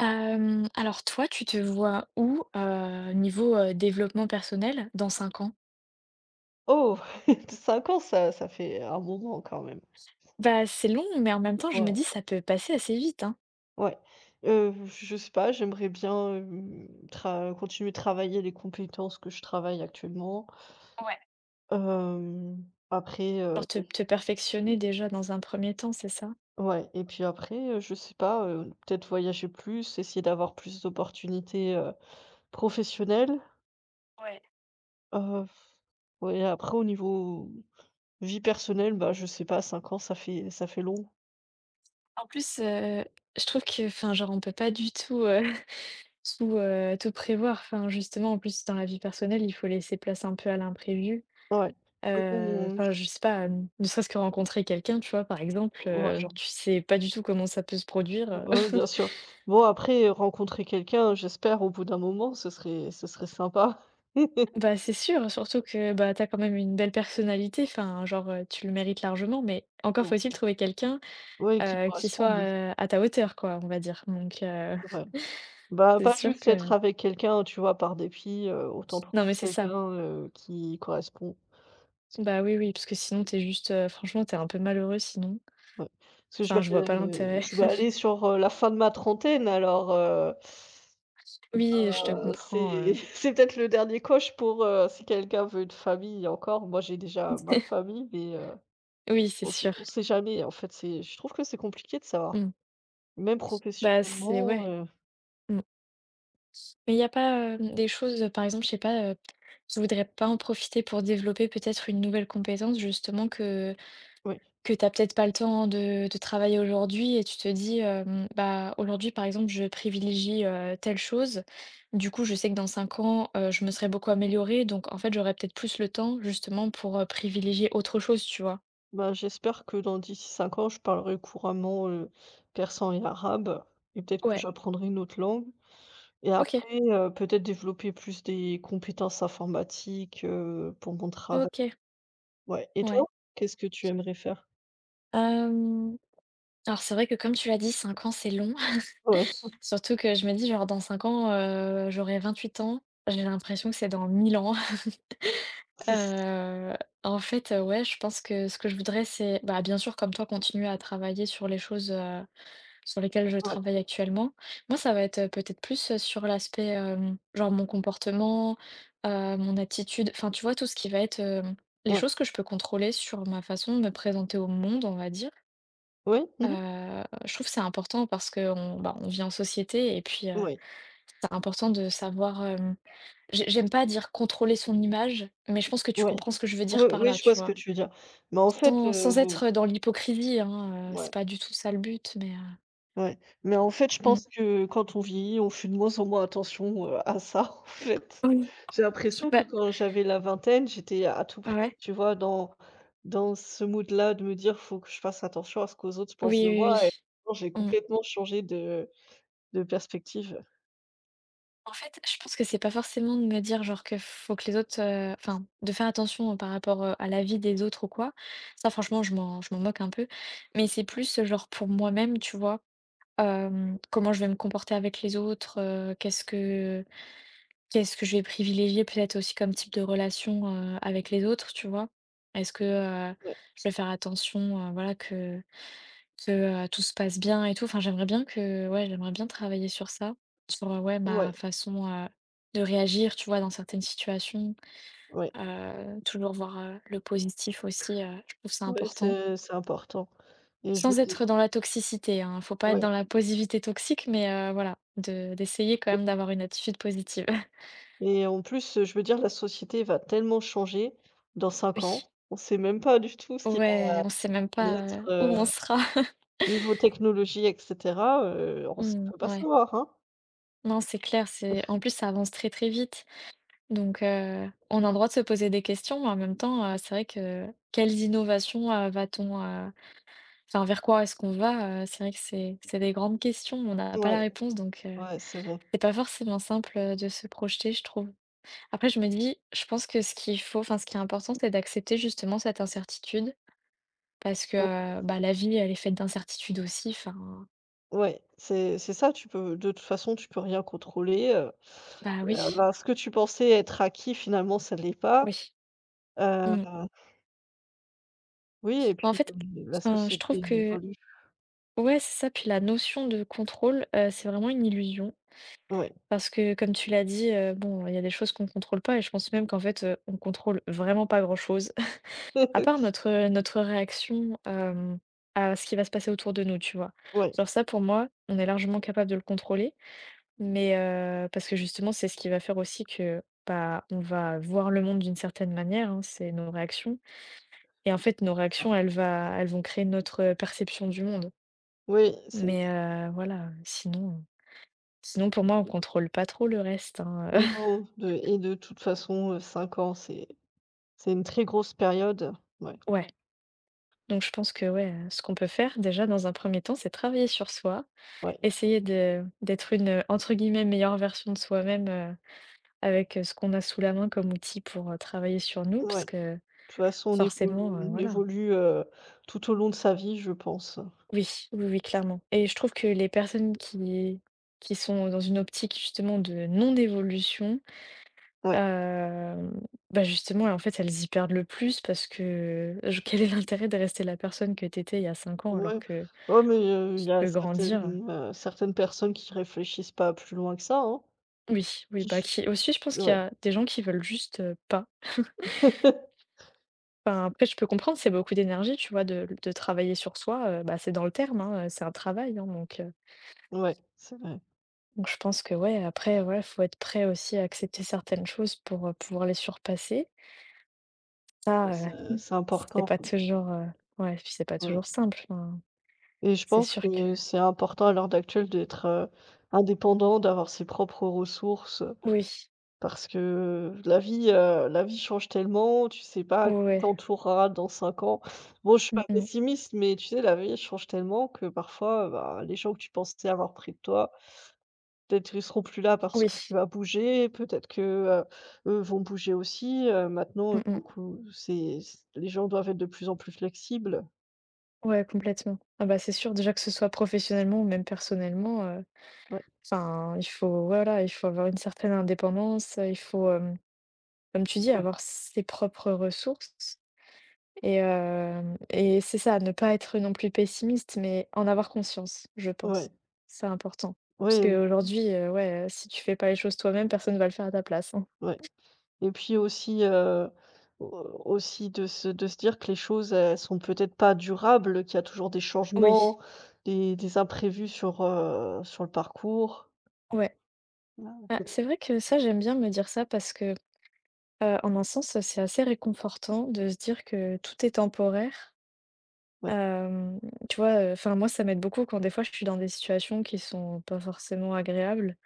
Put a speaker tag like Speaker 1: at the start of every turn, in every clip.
Speaker 1: Alors toi, tu te vois où, niveau, développement personnel dans 5 ans?
Speaker 2: Oh! 5 ans, ça fait un moment quand même.
Speaker 1: Bah, c'est long, mais en même temps, je me
Speaker 2: Ouais,
Speaker 1: dis ça peut passer assez vite, hein?
Speaker 2: ouais. Je sais pas, j'aimerais bien, hem, tra continuer de travailler les compétences que je travaille actuellement.
Speaker 1: Ouais.
Speaker 2: Hem, après, heu,
Speaker 1: Genre te perfectionner déjà dans un premier temps, c'est ça?
Speaker 2: ouais, et puis après, je sais pas, peut-être voyager plus, essayer d'avoir plus d'opportunités, professionnelles.
Speaker 1: Ouais.
Speaker 2: Heu, ouais, après au niveau vie personnelle, bah, je sais pas, 5 ans, ça fait long.
Speaker 1: En plus, je trouve que enfin, genre, on peut pas du tout, tout prévoir. Enfin, justement, en plus, dans la vie personnelle, il faut laisser place un peu à l'imprévu.
Speaker 2: Ouais. Faut
Speaker 1: Heu,
Speaker 2: qu'on
Speaker 1: enfin, je sais pas, ne serait-ce que rencontrer quelqu'un, tu vois? Par exemple,
Speaker 2: Ouais.
Speaker 1: genre, tu sais pas du tout comment ça peut se
Speaker 2: Ouais,
Speaker 1: produire.
Speaker 2: ouais, bien sûr. Bon après, rencontrer quelqu'un, j'espère au bout d'un moment, ce serait sympa.
Speaker 1: Bah, c'est sûr, surtout que, bah, t'as quand même une belle personnalité, enfin, genre, tu le mérites largement, mais encore faut-il trouver quelqu'un,
Speaker 2: Ouais, qui
Speaker 1: qui soit,
Speaker 2: corresponde,
Speaker 1: à ta hauteur, quoi, on va dire. Donc,
Speaker 2: ouais. Bah,
Speaker 1: c'est
Speaker 2: pas
Speaker 1: sûr
Speaker 2: juste être
Speaker 1: que
Speaker 2: avec quelqu'un, tu vois, par dépit, autant trouver
Speaker 1: non, mais c'est ça.
Speaker 2: quelqu'un, qui correspond. Parce que
Speaker 1: Bah, oui, oui, parce que sinon t'es juste, franchement, t'es un peu malheureux sinon.
Speaker 2: Ouais, parce que
Speaker 1: Enfin, je vois pas l'intérêt.
Speaker 2: je vais aller sur, la fin de ma trentaine alors,
Speaker 1: Oui, je te comprends,
Speaker 2: c'est c'est peut-être le dernier coche pour, si quelqu'un veut une famille encore. Moi, j'ai déjà ma famille mais,
Speaker 1: oui, c'est
Speaker 2: on sait
Speaker 1: sûr.
Speaker 2: on sait jamais en fait, c'est je trouve que c'est compliqué de savoir.
Speaker 1: Mmh.
Speaker 2: Même
Speaker 1: Bah, c'est
Speaker 2: professionnellement,
Speaker 1: ouais, mmh. Mais il y a pas, des choses, par exemple, je sais pas, tu voudrais pas en profiter pour développer peut-être une nouvelle compétence justement que
Speaker 2: oui.
Speaker 1: Que tu as peut-être pas le temps de travailler aujourd'hui et tu te dis, hem: «Bah, aujourd'hui, par exemple, je privilégie, telle chose. Du coup, je sais que dans 5 ans, je me serais beaucoup améliorée donc en fait, j'aurais peut-être plus le temps justement pour, privilégier autre chose», tu vois?
Speaker 2: Bah, j'espère que dans 10 5 ans, je parlerai couramment, persan et arabe et peut-être que
Speaker 1: Ouais,
Speaker 2: j'apprendrai une autre langue et
Speaker 1: OK.
Speaker 2: après, peut-être développer plus des compétences informatiques, pour mon travail.
Speaker 1: OK,
Speaker 2: Ouais et
Speaker 1: ouais.
Speaker 2: toi? Qu'est-ce que tu aimerais faire?
Speaker 1: Hem, alors c'est vrai que comme tu l'as dit, 5 ans, c'est long.
Speaker 2: Ouais.
Speaker 1: Surtout que je me dis genre dans 5 ans, j'aurai 8 ans. J'ai l'impression que c'est dans 1000 ans. Heu, en fait, ouais, je pense que ce que je voudrais, c'est, bah, bien sûr, comme toi, continuer à travailler sur les choses, sur lesquelles je
Speaker 2: Ouais,
Speaker 1: travaille actuellement. Moi, ça va être, peut-être plus, sur l'aspect, genre mon comportement, mon attitude, enfin, tu vois, tout ce qui va être, les
Speaker 2: ouais.
Speaker 1: choses que je peux contrôler sur ma façon de me présenter au monde, on va dire.
Speaker 2: Ouais. Mmh mh.
Speaker 1: Je trouve que c'est important parce qu'on, bah, on vit en société et puis,
Speaker 2: Ouais.
Speaker 1: c'est important de savoir, j'aime pas dire contrôler son image, mais je pense que tu
Speaker 2: Ouais. Ouais.
Speaker 1: comprends ce que je veux
Speaker 2: Oui,
Speaker 1: dire par
Speaker 2: oui,
Speaker 1: là,
Speaker 2: je vois
Speaker 1: tu
Speaker 2: ce que
Speaker 1: vois?
Speaker 2: tu veux dire. Mais en fait,
Speaker 1: Sans sans être dans l'hypocrisie, hein, c'est
Speaker 2: ouais.
Speaker 1: pas du tout ça le but, mais
Speaker 2: Ouais, mais en fait, je
Speaker 1: mmh.
Speaker 2: pense que quand on vieillit, on fait de moins en moins attention, à ça, en fait.
Speaker 1: Oui.
Speaker 2: J'ai l'impression que
Speaker 1: Bah,
Speaker 2: quand j'avais la vingtaine, j'étais à tout prix,
Speaker 1: ouais.
Speaker 2: tu vois, dans ce mood-là de me dire: «Faut que je fasse attention à ce qu'aux autres pensent de
Speaker 1: Oui, oui,
Speaker 2: moi». Et
Speaker 1: oui.
Speaker 2: maintenant, j'ai
Speaker 1: Mmh.
Speaker 2: complètement changé de perspective.
Speaker 1: En fait, je pense que c'est pas forcément de me dire genre que faut que les autres, enfin, de faire attention par rapport, à l'avis des autres ou quoi. Ça franchement, je m'en moque un peu. Mais c'est plus, genre pour moi-même, tu vois? Comment je vais me comporter avec les autres, qu'est-ce que je vais privilégier peut-être aussi comme type de relation, avec les autres, tu vois? Est-ce que,
Speaker 2: Ouais,
Speaker 1: je vais faire attention, voilà, que, tout se passe bien et tout? Enfin, j'aimerais bien que ouais, j'aimerais bien travailler sur ça, sur, ouais, ma
Speaker 2: ouais,
Speaker 1: façon, de réagir, tu vois, dans certaines situations,
Speaker 2: ouais,
Speaker 1: toujours voir, le positif aussi, je trouve ça
Speaker 2: ouais,
Speaker 1: important.
Speaker 2: c'est important et je me
Speaker 1: Sans
Speaker 2: dis
Speaker 1: être dans la toxicité, hein, faut pas être dans
Speaker 2: ouais.
Speaker 1: la positivité toxique, mais, voilà, de d'essayer quand même d'avoir une attitude positive.
Speaker 2: Et en plus, je veux dire la société va tellement changer dans cinq
Speaker 1: Oui.
Speaker 2: ans, on sait même pas du tout ce qui va
Speaker 1: Ouais, on sait même
Speaker 2: en
Speaker 1: pas,
Speaker 2: être,
Speaker 1: où on sera.
Speaker 2: niveau technologie et cetera, on s
Speaker 1: Mmh,
Speaker 2: peut pas
Speaker 1: ouais.
Speaker 2: savoir, hein?
Speaker 1: Non, c'est clair, c'est en plus, ça avance très, très vite donc on a le droit de se poser des questions, mais en même temps, c'est vrai que quelles innovations, va-t-on, enfin, vers quoi est-ce qu'on va? C'est vrai que c'est des grandes questions, on n'a pas la
Speaker 2: Ouais,
Speaker 1: réponse donc
Speaker 2: ouais, c'est vrai.
Speaker 1: c'est pas forcément simple, de se projeter, je trouve. Après, je me dis, je pense que ce qu'il faut enfin, ce qui est important, c'est d'accepter justement cette incertitude parce que,
Speaker 2: Ouais,
Speaker 1: bah, la vie, elle est faite d'incertitudes aussi, enfin,
Speaker 2: ouais, c'est ça, tu peux de toute façon, tu peux rien contrôler.
Speaker 1: bah, oui,
Speaker 2: Ce que tu pensais être acquis, finalement, ça l'est pas.
Speaker 1: oui.
Speaker 2: Heu,
Speaker 1: Mmh.
Speaker 2: oui et
Speaker 1: Bah, en
Speaker 2: puis,
Speaker 1: fait,
Speaker 2: la
Speaker 1: enfin, je
Speaker 2: société
Speaker 1: trouve que
Speaker 2: évolue.
Speaker 1: ouais, c'est ça, puis la notion de contrôle, c'est vraiment une illusion
Speaker 2: Ouais.
Speaker 1: parce que comme tu l'as dit, bon, il y a des choses qu'on ne contrôle pas et je pense même qu'en fait, on contrôle vraiment pas grand-chose, à part notre réaction, à ce qui va se passer autour de nous, tu vois?
Speaker 2: Ouais,
Speaker 1: Genre ça, pour moi, on est largement capable de le contrôler, mais parce que justement, c'est ce qui va faire aussi que, bah, on va voir le monde d'une certaine manière, hein, c'est nos réactions et en fait, nos
Speaker 2: ça.
Speaker 1: réactions, elles vont créer perception du monde.
Speaker 2: Oui, c'est
Speaker 1: Mais voilà, sinon pour moi on contrôle pas trop le reste, hein.
Speaker 2: non, de toute façon, 5 ans, c'est une très grosse période. Ouais,
Speaker 1: Ouais, donc je pense que, ouais, ce qu'on peut faire déjà dans un premier temps, c'est travailler sur soi,
Speaker 2: ouais,
Speaker 1: essayer de d'être une, entre guillemets «meilleure version de soi-même», avec, ce qu'on a sous la main comme outil pour, travailler sur nous parce
Speaker 2: ouais.
Speaker 1: que
Speaker 2: Toute façon, on évolue
Speaker 1: forcément,
Speaker 2: on
Speaker 1: voilà.
Speaker 2: évolue, tout au long de sa vie, je pense.
Speaker 1: Oui, oui, oui, clairement et je trouve que les personnes qui sont dans une optique justement de non-évolution.
Speaker 2: Ouais,
Speaker 1: Hem, bah, justement, en fait, elles y perdent le plus parce que je quel est l'intérêt de rester la personne que t'étais il y a 5 ans alors
Speaker 2: ouais.
Speaker 1: que
Speaker 2: Oh mais il
Speaker 1: tu
Speaker 2: y a
Speaker 1: peux grandir?
Speaker 2: certaines personnes qui réfléchissent pas plus loin que ça, hein.
Speaker 1: Oui, oui, bah,
Speaker 2: Qui
Speaker 1: qui aussi je pense qu'il y
Speaker 2: Ouais.
Speaker 1: a des gens qui veulent juste, pas. Enfin, après je peux comprendre, c'est beaucoup d'énergie, tu vois, de travailler sur soi, bah, c'est dans le terme, hein, c'est un travail, hein,
Speaker 2: Ouais, c'est vrai.
Speaker 1: donc je pense que ouais, après, ouais, faut être prêt aussi à accepter certaines choses pour, pouvoir les surpasser. Ça,
Speaker 2: C'est
Speaker 1: c'est
Speaker 2: important,
Speaker 1: pas toujours, ouais, puis c'est pas
Speaker 2: ouais.
Speaker 1: toujours simple, enfin,
Speaker 2: Et je
Speaker 1: c'est
Speaker 2: pense
Speaker 1: sûr que
Speaker 2: que c'est important à l'heure actuelle d'être, indépendant, d'avoir ses propres ressources.
Speaker 1: oui.
Speaker 2: Parce que la vie change tellement, tu sais pas qui
Speaker 1: Ouais,
Speaker 2: t'entourera dans 5 ans. Bon, je suis
Speaker 1: mmh
Speaker 2: pas
Speaker 1: mh.
Speaker 2: pessimiste, mais tu sais, la vie change tellement que parfois, bah, les gens que tu pensais avoir près de toi, peut-être ils seront plus là parce
Speaker 1: Oui.
Speaker 2: que tu vas bouger, peut-être que, heu, eux vont bouger aussi, maintenant,
Speaker 1: Mmh mh.
Speaker 2: beaucoup c'est c les gens doivent être de plus en plus flexibles.
Speaker 1: Ouais, complètement. Ah bah, c'est sûr déjà que ce soit professionnellement ou même personnellement,
Speaker 2: Ouais,
Speaker 1: enfin, il faut voilà, il faut avoir une certaine indépendance, il faut, comme tu dis,
Speaker 2: ouais,
Speaker 1: avoir ses propres ressources et c'est ça, ne pas être non plus pessimiste, mais en avoir conscience, je
Speaker 2: ouais,
Speaker 1: pense. C'est important. Parce
Speaker 2: ouais,
Speaker 1: qu'aujourd'hui, ouais, si tu fais pas les choses toi-même, personne va le faire à ta place, hein.
Speaker 2: ouais. Et puis aussi, au aussi de se dire que les choses, elles sont peut-être pas durables, qu'il y a toujours des
Speaker 1: Oui,
Speaker 2: changements, des imprévus sur le parcours.
Speaker 1: ouais. Bah,
Speaker 2: Ouais,
Speaker 1: c'est vrai que ça, j'aime bien me dire ça parce que en un sens, c'est assez réconfortant de se dire que tout est temporaire. Hem, tu vois, enfin, moi, ça m'aide beaucoup quand des fois je suis dans des situations qui sont pas forcément agréables,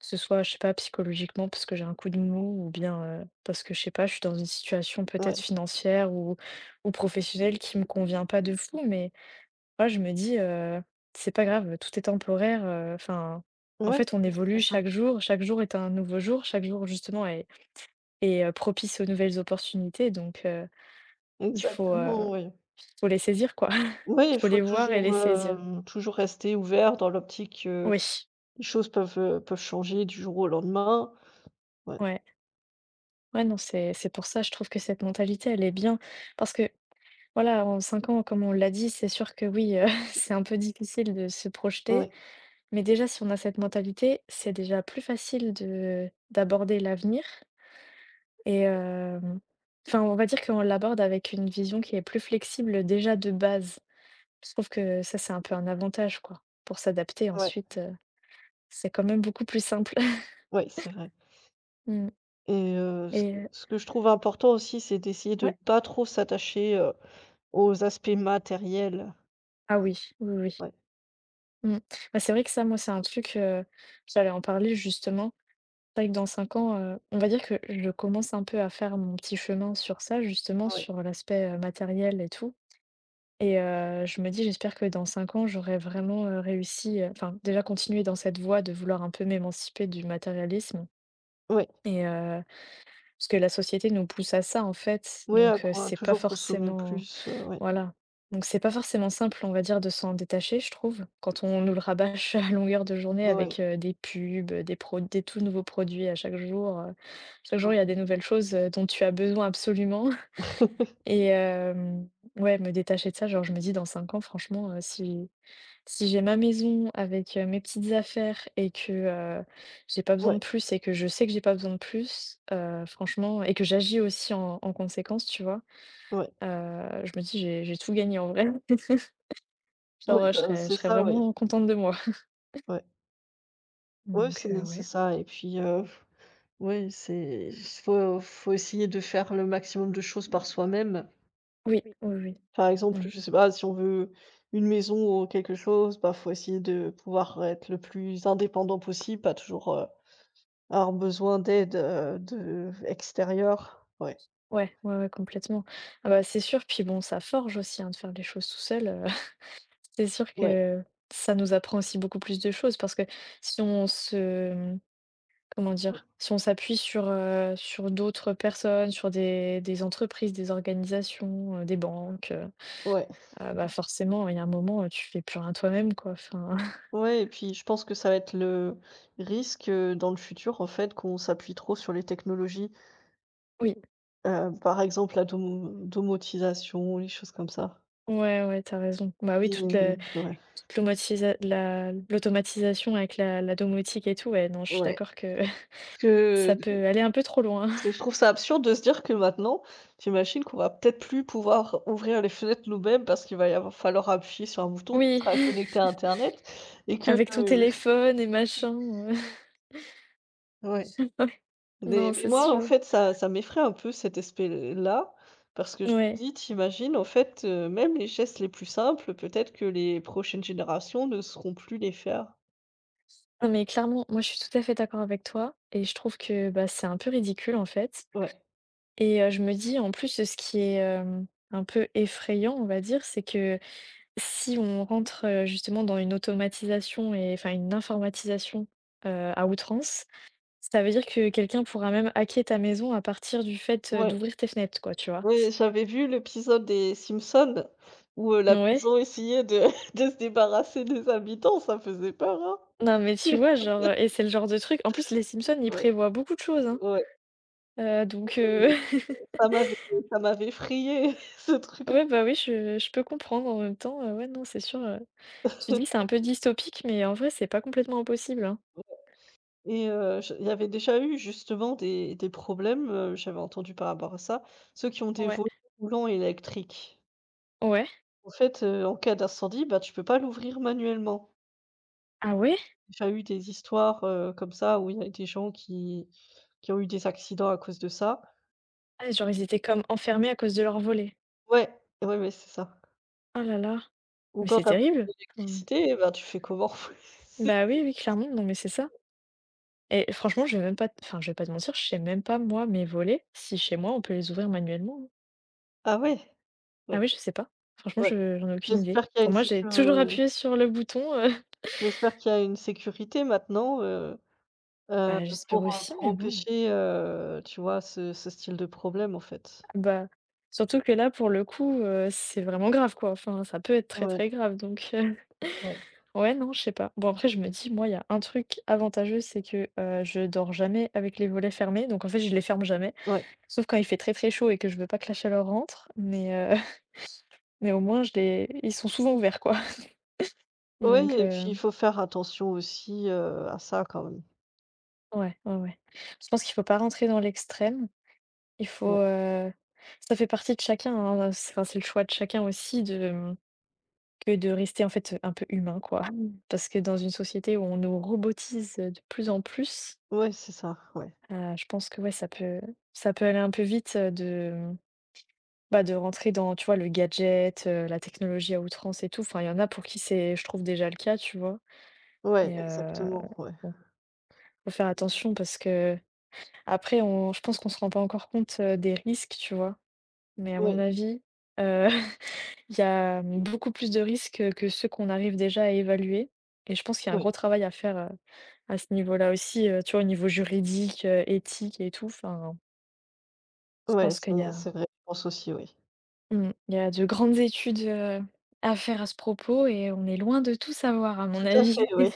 Speaker 1: que ce soit, je sais pas, psychologiquement parce que j'ai un coup de mou ou bien, parce que, je sais pas, je suis dans une situation
Speaker 2: ouais,
Speaker 1: peut-être financière ou professionnelle qui me convient pas de fou, mais moi, je me dis: «C'est pas grave, tout est temporaire», enfin, en
Speaker 2: ouais,
Speaker 1: fait, on
Speaker 2: c'est
Speaker 1: évolue
Speaker 2: ça.
Speaker 1: chaque jour est un nouveau jour, chaque jour justement est propice aux nouvelles opportunités donc il
Speaker 2: Exactement, oui.
Speaker 1: faut les saisir quoi.
Speaker 2: Oui,
Speaker 1: Il
Speaker 2: il
Speaker 1: faut
Speaker 2: faut
Speaker 1: les voir et les
Speaker 2: toujours,
Speaker 1: saisir.
Speaker 2: rester ouvert dans l'optique que
Speaker 1: Oui,
Speaker 2: les choses peuvent changer du jour au lendemain. Ouais,
Speaker 1: ouais. Ouais, non, c'est pour ça je trouve que cette mentalité elle est bien parce que voilà, en 5 ans, comme on l'a dit, c'est sûr que oui, c'est un peu difficile de se projeter,
Speaker 2: ouais,
Speaker 1: mais déjà si on a cette mentalité, c'est déjà plus facile de d'aborder l'avenir et hem, enfin on va dire qu'on l'aborde avec une vision qui est plus flexible déjà de base. Je trouve que ça, c'est un peu un avantage, quoi. Pour s'adapter
Speaker 2: ouais,
Speaker 1: ensuite, c'est quand même beaucoup plus simple.
Speaker 2: ouais, c'est vrai.
Speaker 1: Mmh
Speaker 2: Ce
Speaker 1: et heu
Speaker 2: que je trouve important aussi, c'est d'essayer de ne
Speaker 1: ouais.
Speaker 2: pas trop s'attacher aux aspects matériels.
Speaker 1: Ah
Speaker 2: Ah oui.
Speaker 1: oui, oui, oui. Oui.
Speaker 2: Ouais,
Speaker 1: Mmh. Bah, c'est vrai que ça, moi, c'est un truc, j'allais en parler justement. C'est vrai que dans 5 ans, on va dire que je commence un peu à faire mon petit chemin sur ça, justement,
Speaker 2: ouais,
Speaker 1: sur l'aspect, matériel et tout je me dis: «J'espère que dans 5 ans, j'aurai vraiment, réussi», enfin, déjà continuer dans cette voie de vouloir un peu m'émanciper du matérialisme
Speaker 2: ouais,
Speaker 1: et heu Parce que la société nous pousse à ça en fait,
Speaker 2: ouais, à
Speaker 1: donc
Speaker 2: quoi
Speaker 1: c'est pas
Speaker 2: toujours consommer
Speaker 1: forcément
Speaker 2: plus, ouais,
Speaker 1: voilà, donc c'est pas forcément simple, on va dire, de s'en détacher, je trouve. Quand on nous le rabâche à longueur de journée
Speaker 2: ouais,
Speaker 1: avec, des pubs, des pro des tout nouveaux produits à chaque
Speaker 2: ouais,
Speaker 1: jour il y a des nouvelles choses, dont tu as besoin absolument. et hem, ouais, Me détacher de ça, genre je me dis dans 5 ans franchement, si j'ai ma maison avec, mes petites affaires et que, heu, j'ai pas besoin de
Speaker 2: ouais,
Speaker 1: plus et que je sais que j'ai pas besoin de plus, franchement et que j'agis aussi en conséquence, tu vois?
Speaker 2: ouais,
Speaker 1: Je me dis: «J'ai tout gagné en vrai». Genre,
Speaker 2: ouais,
Speaker 1: je
Speaker 2: bah,
Speaker 1: serais
Speaker 2: c'est
Speaker 1: je serais
Speaker 2: ça, oui,
Speaker 1: vraiment contente de moi.
Speaker 2: ouais, ouais,
Speaker 1: Donc,
Speaker 2: c'est
Speaker 1: ouais.
Speaker 2: ça et puis, ouais, c'est faut essayer de faire le maximum de choses par soi-même.
Speaker 1: Oui,
Speaker 2: Oui.
Speaker 1: oui, oui.
Speaker 2: Par exemple,
Speaker 1: Mmh.
Speaker 2: je sais pas, si on veut une maison ou quelque chose, bah, faut essayer de pouvoir être le plus indépendant possible, pas toujours, avoir besoin d'aide, de extérieure. Ouais,
Speaker 1: Ouais, ouais, ouais, complètement. Ah bah, c'est sûr, puis bon, ça forge aussi, hein, de faire les choses tout seul. C'est sûr
Speaker 2: ouais.
Speaker 1: que ça nous apprend aussi beaucoup plus de choses parce que si on se Comment dire? Si on s'appuie sur, sur d'autres personnes, sur des entreprises, des organisations, des banques,
Speaker 2: Ouais,
Speaker 1: ah bah, forcément, il y a un moment, tu fais plus rien toi-même, quoi, enfin.
Speaker 2: ouais et puis je pense que ça va être le risque, dans le futur, en fait, qu'on s'appuie trop sur les technologies,
Speaker 1: Oui,
Speaker 2: par exemple la domotisation, les choses comme ça
Speaker 1: ouais, ouais, t'as raison. Bah, oui,
Speaker 2: et ouais,
Speaker 1: toute l'automatisation avec la domotique et tout, ouais, non, je suis
Speaker 2: ouais.
Speaker 1: d'accord que
Speaker 2: Parce que
Speaker 1: ça peut aller un peu trop loin.
Speaker 2: parce que je trouve ça absurde de se dire que maintenant, tu imagines qu'on va peut-être plus pouvoir ouvrir les fenêtres nous-mêmes parce qu'il va y avoir falloir appuyer sur un bouton qui
Speaker 1: Oui,
Speaker 2: sera connecté à internet et que
Speaker 1: avec ton téléphone et machin, heu,
Speaker 2: ouais.
Speaker 1: ouais,
Speaker 2: Mais
Speaker 1: non,
Speaker 2: mais
Speaker 1: c'est
Speaker 2: moi, en
Speaker 1: sûr.
Speaker 2: fait, ça m'effraie un peu cet aspect-là, parce que je me
Speaker 1: Ouais.
Speaker 2: dis: «Tu En fait, même les gestes les plus simples, peut-être que les prochaines générations ne sauront plus les faire».
Speaker 1: Non, mais clairement, moi, je suis tout à fait d'accord avec toi et je trouve que, bah, c'est un peu ridicule, en fait.
Speaker 2: Ouais,
Speaker 1: Et je me dis en plus, ce qui est, un peu effrayant, on va dire, c'est que si on rentre, justement dans une automatisation et enfin une informatisation, à outrance, ça veut dire que quelqu'un pourra même hacker ta maison à partir du fait,
Speaker 2: ouais,
Speaker 1: d'ouvrir tes fenêtres quoi, tu vois?
Speaker 2: ouais, j'avais vu l'épisode des Simpsons où, la
Speaker 1: Ouais,
Speaker 2: maison essayait de de se débarrasser des habitants, ça faisait peur, hein.
Speaker 1: non mais tu vois genre, et c'est le genre de truc en plus les Simpsons ils
Speaker 2: Ouais,
Speaker 1: prévoient beaucoup de choses, hein,
Speaker 2: ouais,
Speaker 1: heu, donc heu,
Speaker 2: mais ça m'avait ça m'avait effrayée ce truc-là.
Speaker 1: ouais, bah, oui je peux comprendre en même temps, ouais non c'est sûr, tu dis c'est un peu dystopique mais en vrai c'est pas complètement impossible, hein.
Speaker 2: Et je il y avait déjà eu justement des problèmes, j'avais entendu par rapport à ça, ceux qui ont des
Speaker 1: Ouais,
Speaker 2: volets roulants électriques.
Speaker 1: ouais.
Speaker 2: En fait, en cas d'incendie, bah, tu peux pas l'ouvrir manuellement.
Speaker 1: Ah ouais?
Speaker 2: J'ai déjà eu des histoires, comme ça où il y a des gens qui ont eu des accidents à cause de ça.
Speaker 1: Ah, genre ils étaient comme enfermés à cause de leur volet?
Speaker 2: Ouais, ouais, mais c'est ça.
Speaker 1: Oh là là,
Speaker 2: Ou
Speaker 1: mais
Speaker 2: quand
Speaker 1: c'est
Speaker 2: t'as plus
Speaker 1: terrible! Enfin,
Speaker 2: d'électricité, eh ben, tu fais comment? C'est
Speaker 1: bah, oui, oui, clairement, non, mais c'est ça et franchement, je vais même pas te enfin, je vais pas te mentir, je sais même pas, moi, mes volets, si chez moi, on peut les ouvrir manuellement, hein.
Speaker 2: Ah ouais?
Speaker 1: Ah
Speaker 2: Ouais,
Speaker 1: oui, je sais pas. Franchement,
Speaker 2: ouais.
Speaker 1: je j'en ai aucune idée.
Speaker 2: J'espère qu'il y a
Speaker 1: Pour
Speaker 2: une
Speaker 1: moi, j'ai
Speaker 2: sécu
Speaker 1: toujours
Speaker 2: heu,
Speaker 1: appuyé sur le bouton,
Speaker 2: J'espère qu'il y a une sécurité maintenant, Heu,
Speaker 1: bah, j'espère aussi,
Speaker 2: pour
Speaker 1: mais bon.
Speaker 2: empêcher, tu vois, ce style de problème, en fait.
Speaker 1: Ah bah, surtout que là, pour le coup, c'est vraiment grave, quoi. Enfin, ça peut être très,
Speaker 2: Ouais,
Speaker 1: très grave donc
Speaker 2: ouais,
Speaker 1: ouais, non, je sais pas. Bon, après, je me dis, moi, il y a un truc avantageux, c'est que je dors jamais avec les volets fermés. Donc, en fait, je les ferme jamais.
Speaker 2: ouais.
Speaker 1: Sauf quand il fait très, très chaud et que je veux pas que la chaleur rentre. Mais, mais au moins, ils sont souvent ouverts, quoi.
Speaker 2: Ouais
Speaker 1: Donc,
Speaker 2: et puis il faut faire attention aussi, à ça quand même.
Speaker 1: ouais, ouais, ouais. Je pense qu'il faut pas rentrer dans l'extrême. Il faut.
Speaker 2: Ouais,
Speaker 1: Ça fait partie de chacun. Hein. C'est enfin, c'est le choix de chacun aussi de... que de rester, en fait, un peu humain, quoi. Mm. Parce que dans une société où on nous robotise de plus en plus.
Speaker 2: ouais, c'est ça, ouais.
Speaker 1: Je pense que ouais, ça peut aller un peu vite, de bah, de rentrer dans, tu vois, le gadget, la technologie à outrance et tout. Enfin, il y en a pour qui c'est, je trouve, déjà le cas, tu vois?
Speaker 2: Ouais,
Speaker 1: Et
Speaker 2: exactement, ouais.
Speaker 1: bon, faut faire attention parce que après on je pense qu'on se rend pas encore compte, des risques, tu vois? Mais à mon
Speaker 2: Ouais,
Speaker 1: avis, heu, il y a, beaucoup plus de risques, que ceux qu'on arrive déjà à évaluer et je pense qu'il y a un
Speaker 2: ouais,
Speaker 1: gros travail à faire, à ce niveau-là aussi, tu vois, au niveau juridique, éthique et tout. Enfin, je
Speaker 2: ouais,
Speaker 1: pense
Speaker 2: c'est
Speaker 1: qu'il y a
Speaker 2: c'est vrai, je pense aussi, oui.
Speaker 1: Mmh. Il y a de grandes études, à faire à ce propos et on est loin de tout savoir à mon
Speaker 2: Tout à
Speaker 1: avis.
Speaker 2: fait, oui.